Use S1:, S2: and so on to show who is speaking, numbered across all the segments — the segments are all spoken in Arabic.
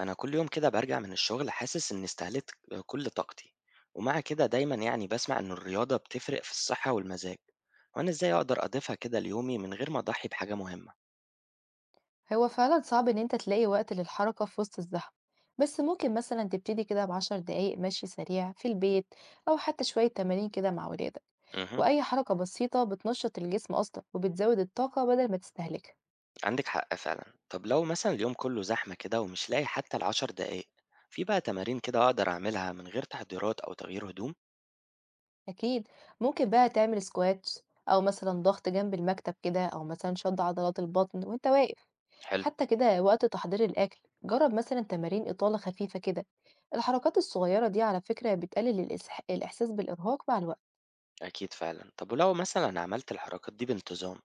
S1: أنا كل يوم كده برجع من الشغل حاسس إني استهلكت كل طاقتي. ومع كده دايما يعني بسمع إن الرياضة بتفرق في الصحة والمزاج. وأنا إزاي أقدر أضيفها كده ليومي من غير ما أضحي بحاجة مهمة؟
S2: هو فعلا صعب إن أنت تلاقي وقت للحركة في وسط الزحمة. بس ممكن مثلا تبتدي كده ب10 دقايق مشي سريع في البيت، أو حتى شوية تمارين كده مع ولادك.
S1: امم
S2: وأي حركة بسيطة بتنشط الجسم أصلا وبتزود الطاقة بدل ما تستهلكها.
S1: عندك حق فعلا. طب لو مثلا اليوم كله زحمة كده ومش لاقي حتى العشر دقايق، في بقى تمارين كده أقدر أعملها من غير تحضيرات أو تغيير هدوم؟
S2: أكيد، ممكن بقى تعمل سكوات، أو مثلا ضغط جنب المكتب كده، أو مثلا شد عضلات البطن وأنت واقف.
S1: حلو.
S2: حتى كده وقت تحضير الأكل، جرب مثلا تمارين إطالة خفيفة كده. الحركات الصغيرة دي على فكرة بتقلل الإحساس بالإرهاق مع الوقت.
S1: أكيد فعلا. طب ولو مثلا عملت الحركات دي بانتظام،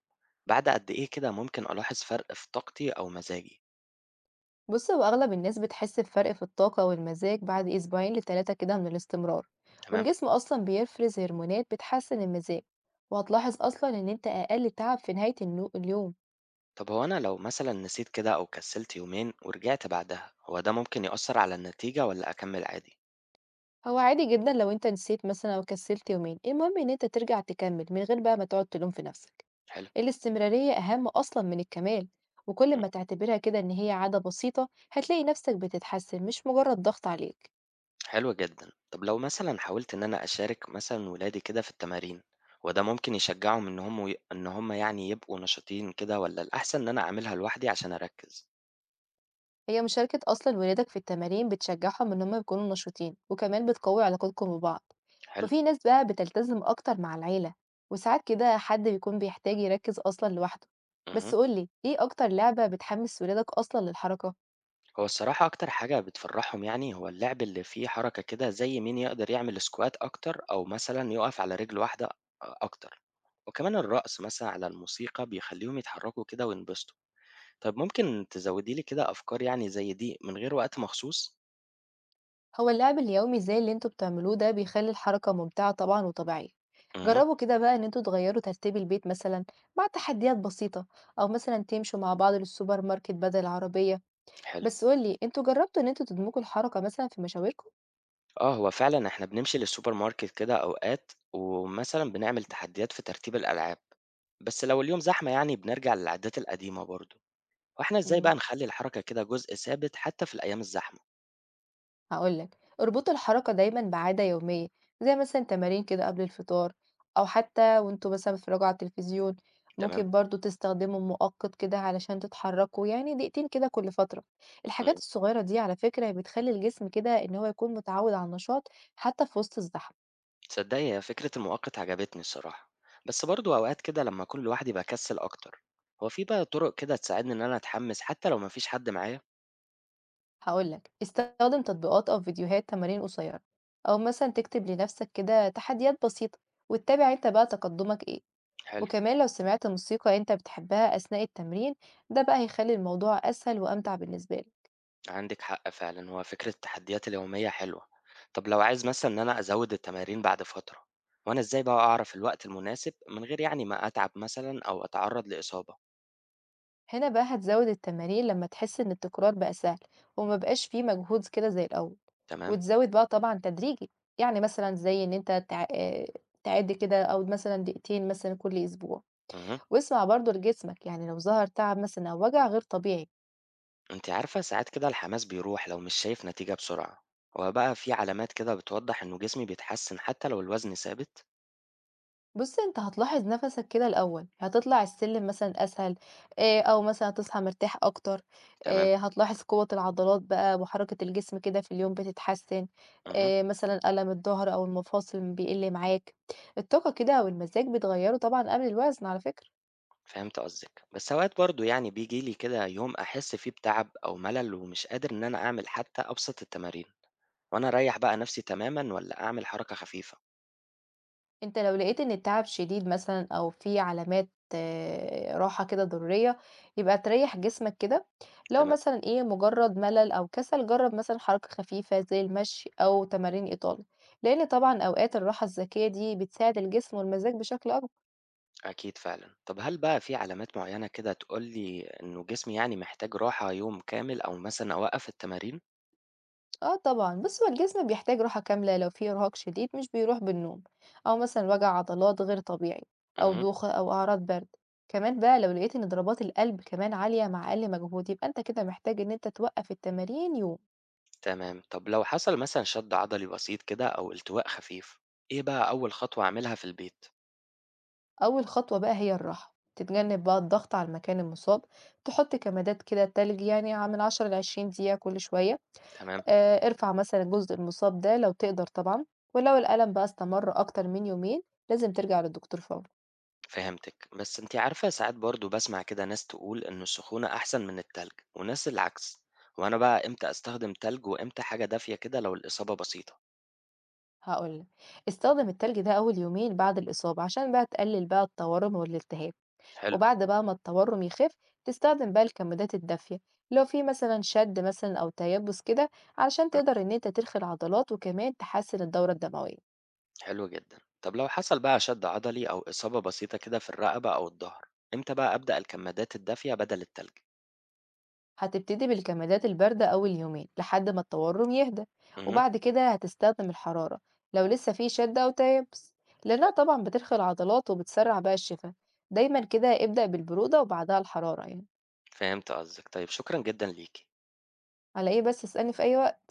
S1: بعد قد إيه كده ممكن ألاحظ فرق في طاقتي أو مزاجي؟
S2: بص، هو أغلب الناس بتحس بفرق في الطاقة والمزاج بعد 2 ل3 كده من الاستمرار.
S1: تمام.
S2: والجسم أصلا بيفرز هرمونات بتحسن المزاج، وهتلاحظ أصلا إن أنت أقل تعب في نهاية اليوم.
S1: طب هو أنا لو مثلا نسيت كده أو كسلت يومين ورجعت بعدها، هو ده ممكن يأثر على النتيجة ولا أكمل عادي؟
S2: هو عادي جدا لو أنت نسيت مثلا أو كسلت يومين، المهم إن أنت ترجع تكمل من غير بقى ما تقعد تلوم في نفسك.
S1: حلو.
S2: الاستمرارية أهم أصلا من الكمال، وكل
S1: مم.
S2: ما تعتبرها كده إن هي عادة بسيطة هتلاقي نفسك بتتحسن، مش مجرد ضغط عليك.
S1: حلو جدا. طب لو مثلا حاولت إن أنا أشارك مثلا ولادي كده في التمارين، هو ده ممكن يشجعهم إن هم إن هم يعني يبقوا نشيطين كده ولا الأحسن إن أنا أعملها لوحدي عشان أركز؟
S2: هي مشاركة أصلا ولادك في التمارين بتشجعهم إن هم يكونوا نشيطين، وكمان بتقوي علاقتكم ببعض.
S1: حلو.
S2: وفي ناس بقى بتلتزم أكتر مع العيلة، وساعات كده حد بيكون بيحتاج يركز أصلا لوحده. بس
S1: مهم.
S2: قولي، إيه أكتر لعبة بتحمس ولادك أصلا للحركة؟
S1: هو الصراحة أكتر حاجة بتفرحهم يعني هو اللعب اللي فيه حركة كده زي مين يقدر يعمل سكوات أكتر أو مثلا يقف على رجل واحدة أكتر. وكمان الرقص مثلا على الموسيقى بيخليهم يتحركوا كده وينبسطوا. طب ممكن تزودي لي كده أفكار يعني زي دي من غير وقت مخصوص؟
S2: هو اللعب اليومي زي اللي انتوا بتعملوه ده بيخلي الحركة ممتعة طبعا وطبيعية.
S1: امم
S2: جربوا كده بقى إن انتوا تغيروا ترتيب البيت مثلا، مع تحديات بسيطة، أو مثلا تمشوا مع بعض للسوبر ماركت بدل العربية.
S1: حلو.
S2: بس قولي، انتوا جربتوا إن انتوا تدمجوا الحركة مثلا في مشاويركم؟
S1: آه هو فعلا إحنا بنمشي للسوبر ماركت كده أوقات ومثلا بنعمل تحديات في ترتيب الألعاب. بس لو اليوم زحمة يعني بنرجع للعادات القديمة برضو. وإحنا إزاي
S2: إمم،
S1: بقى نخلي الحركة كده جزء ثابت حتى في الأيام الزحمة؟
S2: هاقول لك، اربطوا الحركة دايمًا بعادة يومية، زي مثلًا تمارين كده قبل الفطار، أو حتى وأنتم مثلًا بتتفرجوا على التلفزيون،
S1: تمام.
S2: ممكن برضه تستخدموا مؤقت كده علشان تتحركوا، يعني دقيقتين كده كل فترة. الحاجات
S1: إمم،
S2: الصغيرة دي على فكرة بتخلّي الجسم كده إن هو يكون متعوّد على النشاط حتى في وسط الزحمة.
S1: تصدّقي هي فكرة المؤقت عجبتني الصراحة، بس برضه أوقات كده لمّا أكون لوحدي باكسّل أكتر. هو في بقى طُرق كده تساعدني إن أنا أتحمّس حتى لو ما فيش حد معايا؟
S2: هاقول لك، استخدم تطبيقات أو فيديوهات تمارين قصيرة، أو مثلًا تكتب لنفسك كده تحديات بسيطة، وتتابع أنت بقى تقدمك إيه.
S1: حلو.
S2: وكمان لو سمعت موسيقى انت بتحبها أثناء التمرين، ده بقى هيخلي الموضوع أسهل وأمتع بالنسبة لك.
S1: عندِك حق فعلًا، هو فكرة التحديات اليومية حلوة. طَب لو عايز مثلًا إن أنا أزوّد التمارين بعد فترة، هو أنا إزاي بقى أعرف الوقت المناسب من غير يعني ما أتعب مثلًا أو أتعرّض لإصابة؟
S2: هنا بقى هتزود التمارين لما تحس ان التكرار بقى سهل ومبقاش فيه مجهود كده زي الأول.
S1: تمام.
S2: وتزود بقى طبعا تدريجي، يعني مثلا زي ان انت تع... آه، تعد كده او مثلا دقيقتين مثلا كل اسبوع.
S1: اهم.
S2: واسمع برضو لجسمك، يعني لو ظهر تعب مثلا او وجع غير طبيعي.
S1: أنتِ عارفة ساعات كده الحماس بيروح لو مش شايف نتيجة بسرعة. هو بقى في علامات كده بتوضّح إنه جسمي بيتحسّن حتى لو الوزن ثابت؟
S2: بُص، أنت هتلاحظ نَفَسك كده الأول، هتطلع السلم مثلًا أسهل، أو مثلًا هتصحى مرتاح أكتر،
S1: تمام.
S2: هتلاحظ قوة العضلات بقى وحركة الجسم كده في اليوم بتتحسن،
S1: اهم.
S2: مثلًا ألم الضهر أو المفاصل بيقل معاك، الطاقة كده والمزاج بيتغيروا طبعًا قبل الوزن على فكرة.
S1: فهمت قصدِك، بس أوقات برضه يعني بييجي لي كده يوم أحس فيه بتعب أو ملل ومش قادر إن أنا أعمل حتى أبسط التمارين. وأنا أريّح بقى نفسي تمامًا والّا أعمل حركة خفيفة؟
S2: أنت لو لقيت إن التعب شديد مثلًا أو في علامات راحة كده ضرورية، يبقى تريّح جسمك كده، لو
S1: تمام.
S2: مثلًا إيه مجرد ملل أو كسل جرّب مثلًا حركة خفيفة زي المشي أو تمارين إطالة، لإن طبعًا أوقات الراحة الذكية دي بتساعد الجسم والمزاج بشكل أكبر.
S1: أكيد فعلًا. طب هل بقى في علامات معيّنة كده تقول لي إنه جسمي يعني محتاج راحة يوم كامل أو مثلًا أوقّف التمارين؟
S2: آه طبعًا، بُص، هو الجسم بيحتاج راحة كاملة لو في إرهاق شديد مش بيروح بالنوم، أو مثلًا وجع عضلات غير طبيعي، أو
S1: اهم.
S2: دوخة أو أعراض برد. كمان بقى لو لقيت إن ضربات القلب كمان عالية مع أقل مجهود، يبقى أنت كده محتاج إن أنت توقف التمارين يوم.
S1: تمام. طب لو حصل مثلًا شد عضلي بسيط كده أو التواء خفيف، إيه بقى أول خطوة أعملها في البيت؟
S2: أول خطوة بقى هي الراحة، تتجنب بقى الضغط على المكان المصاب، تحط كمادات كده تلج يعني ع من 10 ل20 دقيقة كل شوية.
S1: تمام.
S2: ارفع مثلًا الجزء المصاب ده لو تقدر طبعًا، ولو الألم بقى استمر أكتر من يومين لازم ترجع للدكتور فورًا.
S1: فهمتِك، بس أنتِ عارفة ساعات برضه باسمع كده ناس تقول إن السخونة أحسن من التلج، وناس العكس. وأنا بقى إمتى أستخدم تلج وإمتى حاجة دافية كده لو الإصابة بسيطة؟
S2: هاقول لك، استخدم التلج ده أول يومين بعد الإصابة عشان بقى تقلل بقى التورم والالتهاب.
S1: حلو.
S2: وبعد بقى ما التورم يخف تستخدم بقى الكمادات الدافية، لو في مثلًا شد مثلًا أو تيبس كده، علشان
S1: مم.
S2: تقدر إن أنت ترخي العضلات وكمان تحسن الدورة الدموية.
S1: حلو جدًا. طب لو حصل بقى شد عضلي أو إصابة بسيطة كده في الرقبة أو الضهر، إمتى بقى أبدأ الكمادات الدافية بدل التلج؟
S2: هتبتدي بالكمادات الباردة أول يومين لحد ما التورم يهدى،
S1: اهم.
S2: وبعد كده هتستخدم الحرارة لو لسه في شد أو تيبس، لأنها طبعًا بترخي العضلات وبتسرع بقى الشفا. دايمًا كده ابدأ بالبرودة وبعدها الحرارة يعني.
S1: فهمت قصدِك. طيب شكرًا جدًا ليكِ.
S2: على إيه بس، اسألني في أي وقت.